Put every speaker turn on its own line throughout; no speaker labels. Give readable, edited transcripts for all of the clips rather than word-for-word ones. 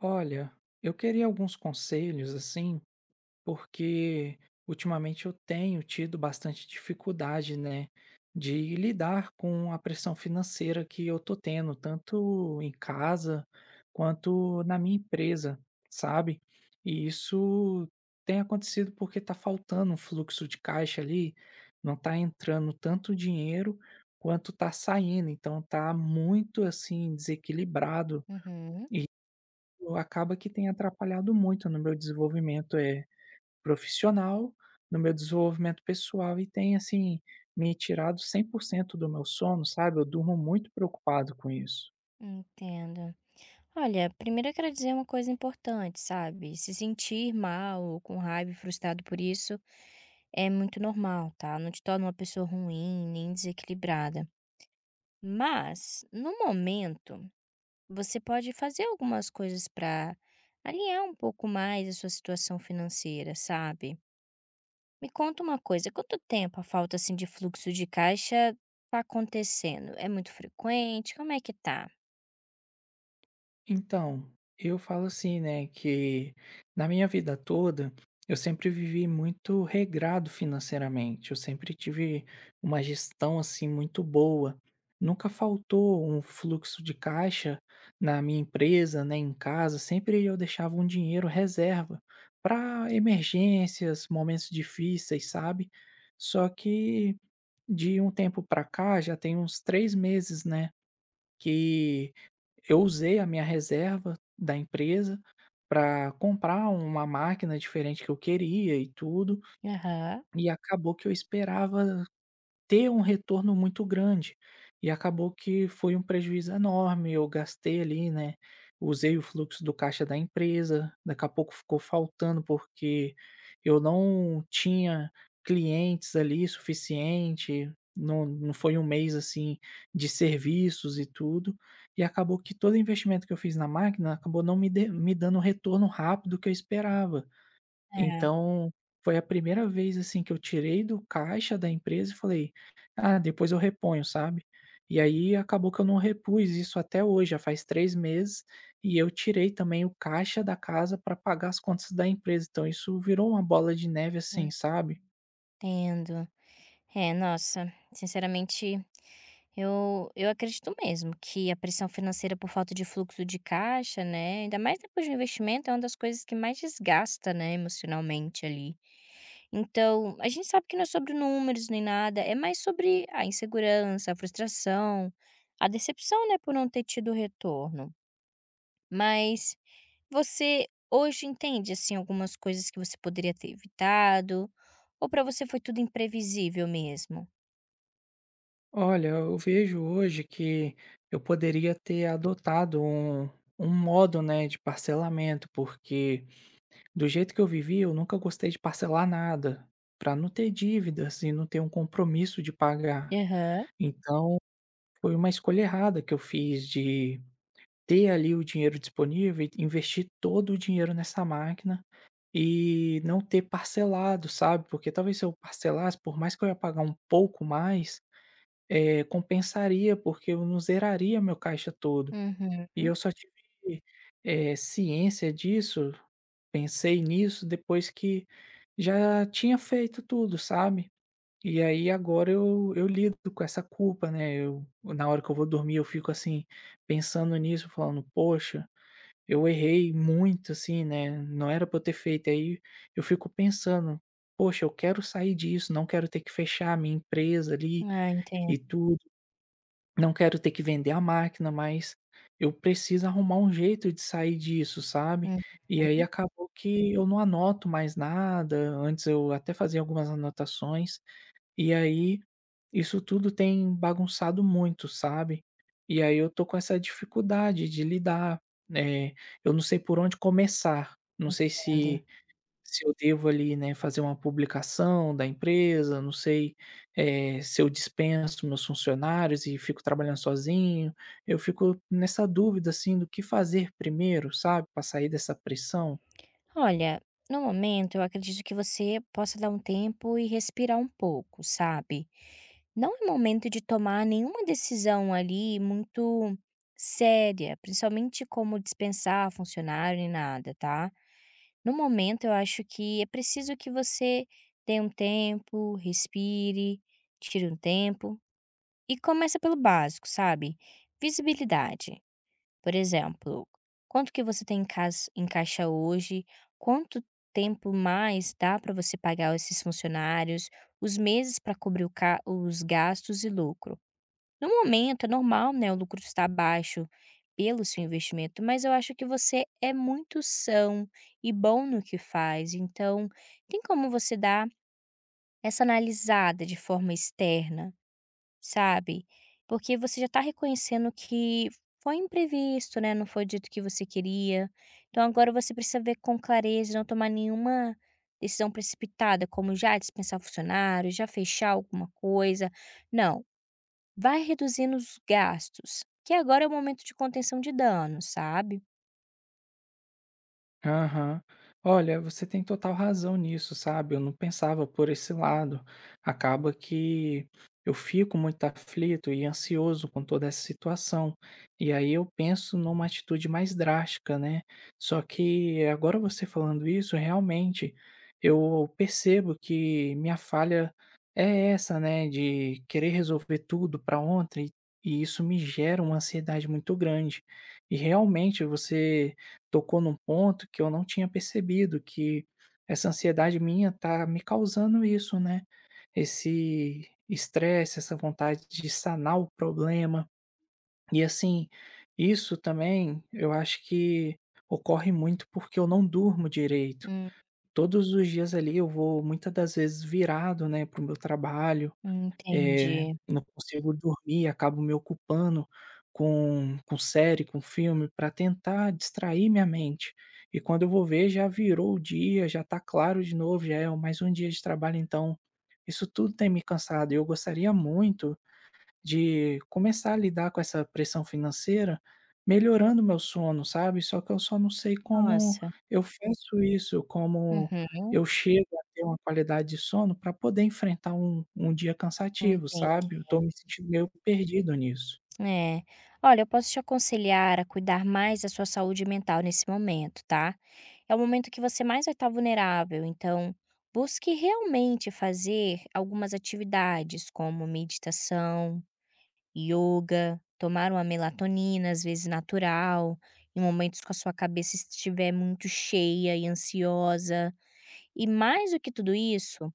Olha, eu queria alguns conselhos assim, porque ultimamente eu tenho tido bastante dificuldade, né, de lidar com a pressão financeira que eu tô tendo, tanto em casa quanto na minha empresa, sabe? E isso tem acontecido porque tá faltando um fluxo de caixa ali, não tá entrando tanto dinheiro quanto tá saindo, então tá muito assim desequilibrado.
Uhum,
Acaba que tem atrapalhado muito no meu desenvolvimento, profissional, no meu desenvolvimento pessoal e tem, assim, me tirado 100% do meu sono, sabe, eu durmo muito preocupado com isso.
entendo. Olha, primeiro eu quero dizer uma coisa importante, sabe? Se sentir mal, ou com raiva e frustrado por isso é muito normal, tá? Não te torna uma pessoa ruim, nem desequilibrada. Mas, no momento, você pode fazer algumas coisas para alinhar um pouco mais a sua situação financeira, sabe? Me conta uma coisa, quanto tempo a falta assim de fluxo de caixa tá acontecendo? É muito frequente? Como é que tá?
Então, eu falo assim, né, que na minha vida toda eu sempre vivi muito regrado financeiramente. Eu sempre tive uma gestão assim muito boa. Nunca faltou um fluxo de caixa na minha empresa, né, em casa. Sempre eu deixava um dinheiro reserva para emergências, momentos difíceis, sabe? Só que de um tempo para cá, já tem uns 3 meses, né, que eu usei a minha reserva da empresa para comprar uma máquina diferente que eu queria e tudo,
Aham.
e acabou que eu esperava ter um retorno muito grande. E acabou que foi um prejuízo enorme, eu gastei ali, né, usei o fluxo do caixa da empresa, daqui a pouco ficou faltando porque eu não tinha clientes ali suficiente, não, não foi um mês assim de serviços e tudo, e acabou que todo investimento que eu fiz na máquina acabou não me, me dando o retorno rápido que eu esperava. Então, foi a primeira vez, assim, que eu tirei do caixa da empresa e falei: "Ah, depois eu reponho", sabe. E aí acabou que eu não repus isso até hoje, já faz 3 meses, e eu tirei também o caixa da casa para pagar as contas da empresa, então isso virou uma bola de neve, assim, sabe.
Entendo. É, nossa, sinceramente, eu acredito mesmo que a pressão financeira por falta de fluxo de caixa, né? Ainda mais depois de um investimento, é uma das coisas que mais desgasta, né, emocionalmente ali. Então, a gente sabe que não é sobre números nem nada, é mais sobre a insegurança, a frustração, a decepção, né, por não ter tido retorno. Mas você hoje entende, assim, algumas coisas que você poderia ter evitado? Ou para você foi tudo imprevisível mesmo?
Olha, eu vejo hoje que eu poderia ter adotado um modo, né, de parcelamento, porque do jeito que eu vivi, eu nunca gostei de parcelar nada, para não ter dívidas e não ter um compromisso de pagar.
Aham.
Então, foi uma escolha errada que eu fiz de ter ali o dinheiro disponível e investir todo o dinheiro nessa máquina e não ter parcelado, sabe, porque talvez se eu parcelasse, por mais que eu ia pagar um pouco mais, compensaria, porque eu não zeraria meu caixa todo. E
Uhum.
eu só tive, ciência disso, pensei nisso depois que já tinha feito tudo, sabe. E aí agora eu lido com essa culpa, né, eu na hora que eu vou dormir eu fico assim, pensando nisso, falando: "Poxa, eu errei muito assim, né, não era pra eu ter feito". Aí eu fico pensando: "Poxa, eu quero sair disso, não quero ter que fechar a minha empresa ali
Ah, entendo.
e tudo". Não quero ter que vender a máquina, mas eu preciso arrumar um jeito de sair disso, sabe.
Uhum,
E aí acabou que eu não anoto mais nada, antes eu até fazia algumas anotações, e aí isso tudo tem bagunçado muito, sabe. E aí eu tô com essa dificuldade de lidar, eh, eu não sei por onde começar, não sei
entendo.
se eu devo ali, né, fazer uma publicação da empresa, não sei, se eu dispenso meus funcionários e fico trabalhando sozinho, eu fico nessa dúvida, assim, do que fazer primeiro, sabe, para sair dessa pressão.
Olha, no momento eu acredito que você possa dar um tempo e respirar um pouco, sabe. Não é momento de tomar nenhuma decisão ali muito séria, principalmente como dispensar funcionário nem nada, tá. No momento eu acho que é preciso que você dê um tempo, respire, tire um tempo e começa pelo básico, sabe. Visibilidade. Por exemplo, quanto que você tem em cas em caixa hoje, quanto tempo mais dá para você pagar esses funcionários, os meses para cobrir o ca os gastos e lucro. No momento é normal, né, o lucro está baixo pelo seu investimento, mas eu acho que você é muito são e bom no que faz, então tem como você dar essa analisada de forma externa. Sabe? Porque você já está reconhecendo que foi imprevisto, né, não foi dito que você queria. Então agora você precisa ver com clareza, não tomar nenhuma decisão precipitada, como já dispensar funcionários, já fechar alguma coisa. Não, vai reduzindo os gastos, que agora é o momento de contenção de danos, sabe?
Aham. Olha, você tem total razão nisso, sabe? Eu não pensava por esse lado. Acaba que eu fico muito aflito e ansioso com toda essa situação. E aí eu penso numa atitude mais drástica, né? Só que agora você falando isso, realmente eu percebo que minha falha é essa, né? De querer resolver tudo para ontem. E isso me gera uma ansiedade muito grande. E realmente você tocou num ponto que eu não tinha percebido que essa ansiedade minha tá me causando isso, né, esse estresse, essa vontade de sanar o problema. E assim, isso também eu acho que ocorre muito porque eu não durmo direito.
Hum.
Todos os dias ali eu vou muitas das vezes virado, né, para o meu trabalho,
Entendi.
não consigo dormir, acabo me ocupando com série, com filme, para tentar distrair minha mente. E quando eu vou ver, já virou o dia, já tá claro de novo, já é mais um dia de trabalho, então isso tudo tem me cansado e eu gostaria muito de começar a lidar com essa pressão financeira, melhorando meu sono, sabe. Só que eu só não sei como
Nossa.
eu faço isso, como
Uhum,
eu chego a ter uma qualidade de sono para poder enfrentar um dia cansativo, sabe. Eu tô
entendi.
me sentindo meio perdido nisso.
É. Olha, eu posso te aconselhar a cuidar mais da sua saúde mental nesse momento, tá? É o momento que você mais vai estar vulnerável, então busque realmente fazer algumas atividades como meditação, yoga, tomar uma melatonina, às vezes natural, em momentos que a sua cabeça estiver muito cheia e ansiosa. E mais do que tudo isso,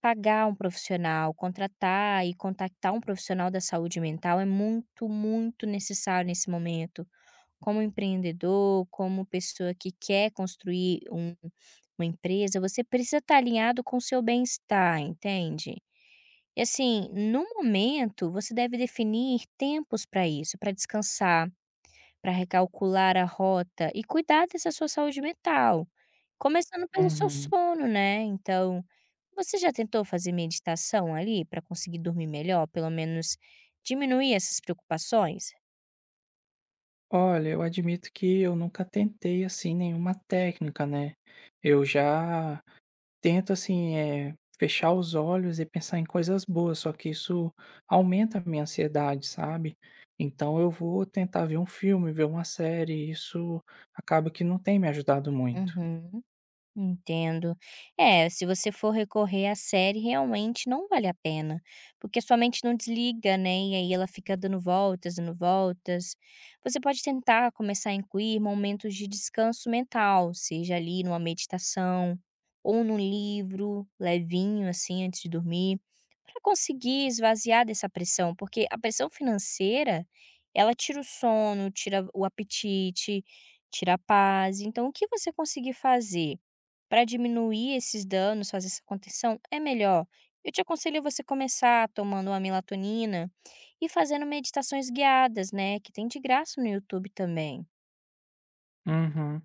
pagar um profissional, contratar e contactar um profissional da saúde mental é muito, muito necessário nesse momento. Como empreendedor, como pessoa que quer construir uma empresa, você precisa estar alinhado com o seu bem-estar, entende? E assim, no momento, você deve definir tempos para isso, para descansar, para recalcular a rota e cuidar dessa sua saúde mental, começando pelo seu
Uhum.
sono, né. Então, você já tentou fazer meditação ali para conseguir dormir melhor, pelo menos diminuir essas preocupações?
Olha, eu admito que eu nunca tentei, assim, nenhuma técnica, né. Eu já tento assim, fechar os olhos e pensar em coisas boas, só que isso aumenta a minha ansiedade, sabe. Então eu vou tentar ver um filme, ver uma série, e isso acaba que não tem me ajudado muito.
Uhum. Entendo. É, se você for recorrer à série, realmente não vale a pena, porque sua mente não desliga, né, e aí ela fica dando voltas, dando voltas. Você pode tentar começar a incluir momentos de descanso mental, seja ali numa meditação ou num livro levinho, assim, antes de dormir, para conseguir esvaziar dessa pressão, porque a pressão financeira, ela tira o sono, tira o apetite, tira a paz. Então, o que você conseguir fazer? Para diminuir esses danos, fazer essa contenção, é melhor. Eu te aconselho você começar tomando uma melatonina e fazendo meditações guiadas, né? Que tem de graça no YouTube também.
Uhum.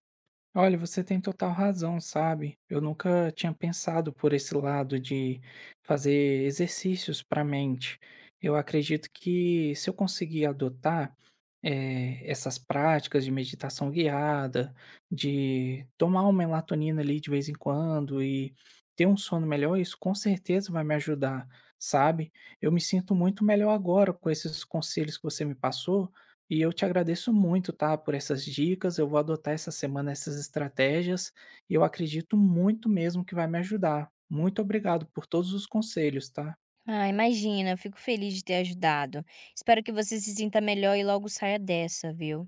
Olha, você tem total razão, sabe? Eu nunca tinha pensado por esse lado de fazer exercícios para a mente. Eu acredito que se eu conseguir adotar essas práticas de meditação guiada, de tomar uma melatonina ali de vez em quando e ter um sono melhor, isso com certeza vai me ajudar, sabe? Eu me sinto muito melhor agora com esses conselhos que você me passou. E eu te agradeço muito, tá, por essas dicas. Eu vou adotar essa semana essas estratégias e eu acredito muito mesmo que vai me ajudar. Muito obrigado por todos os conselhos, tá?
Ah, imagina, eu fico feliz de ter ajudado. Espero que você se sinta melhor e logo saia dessa, viu?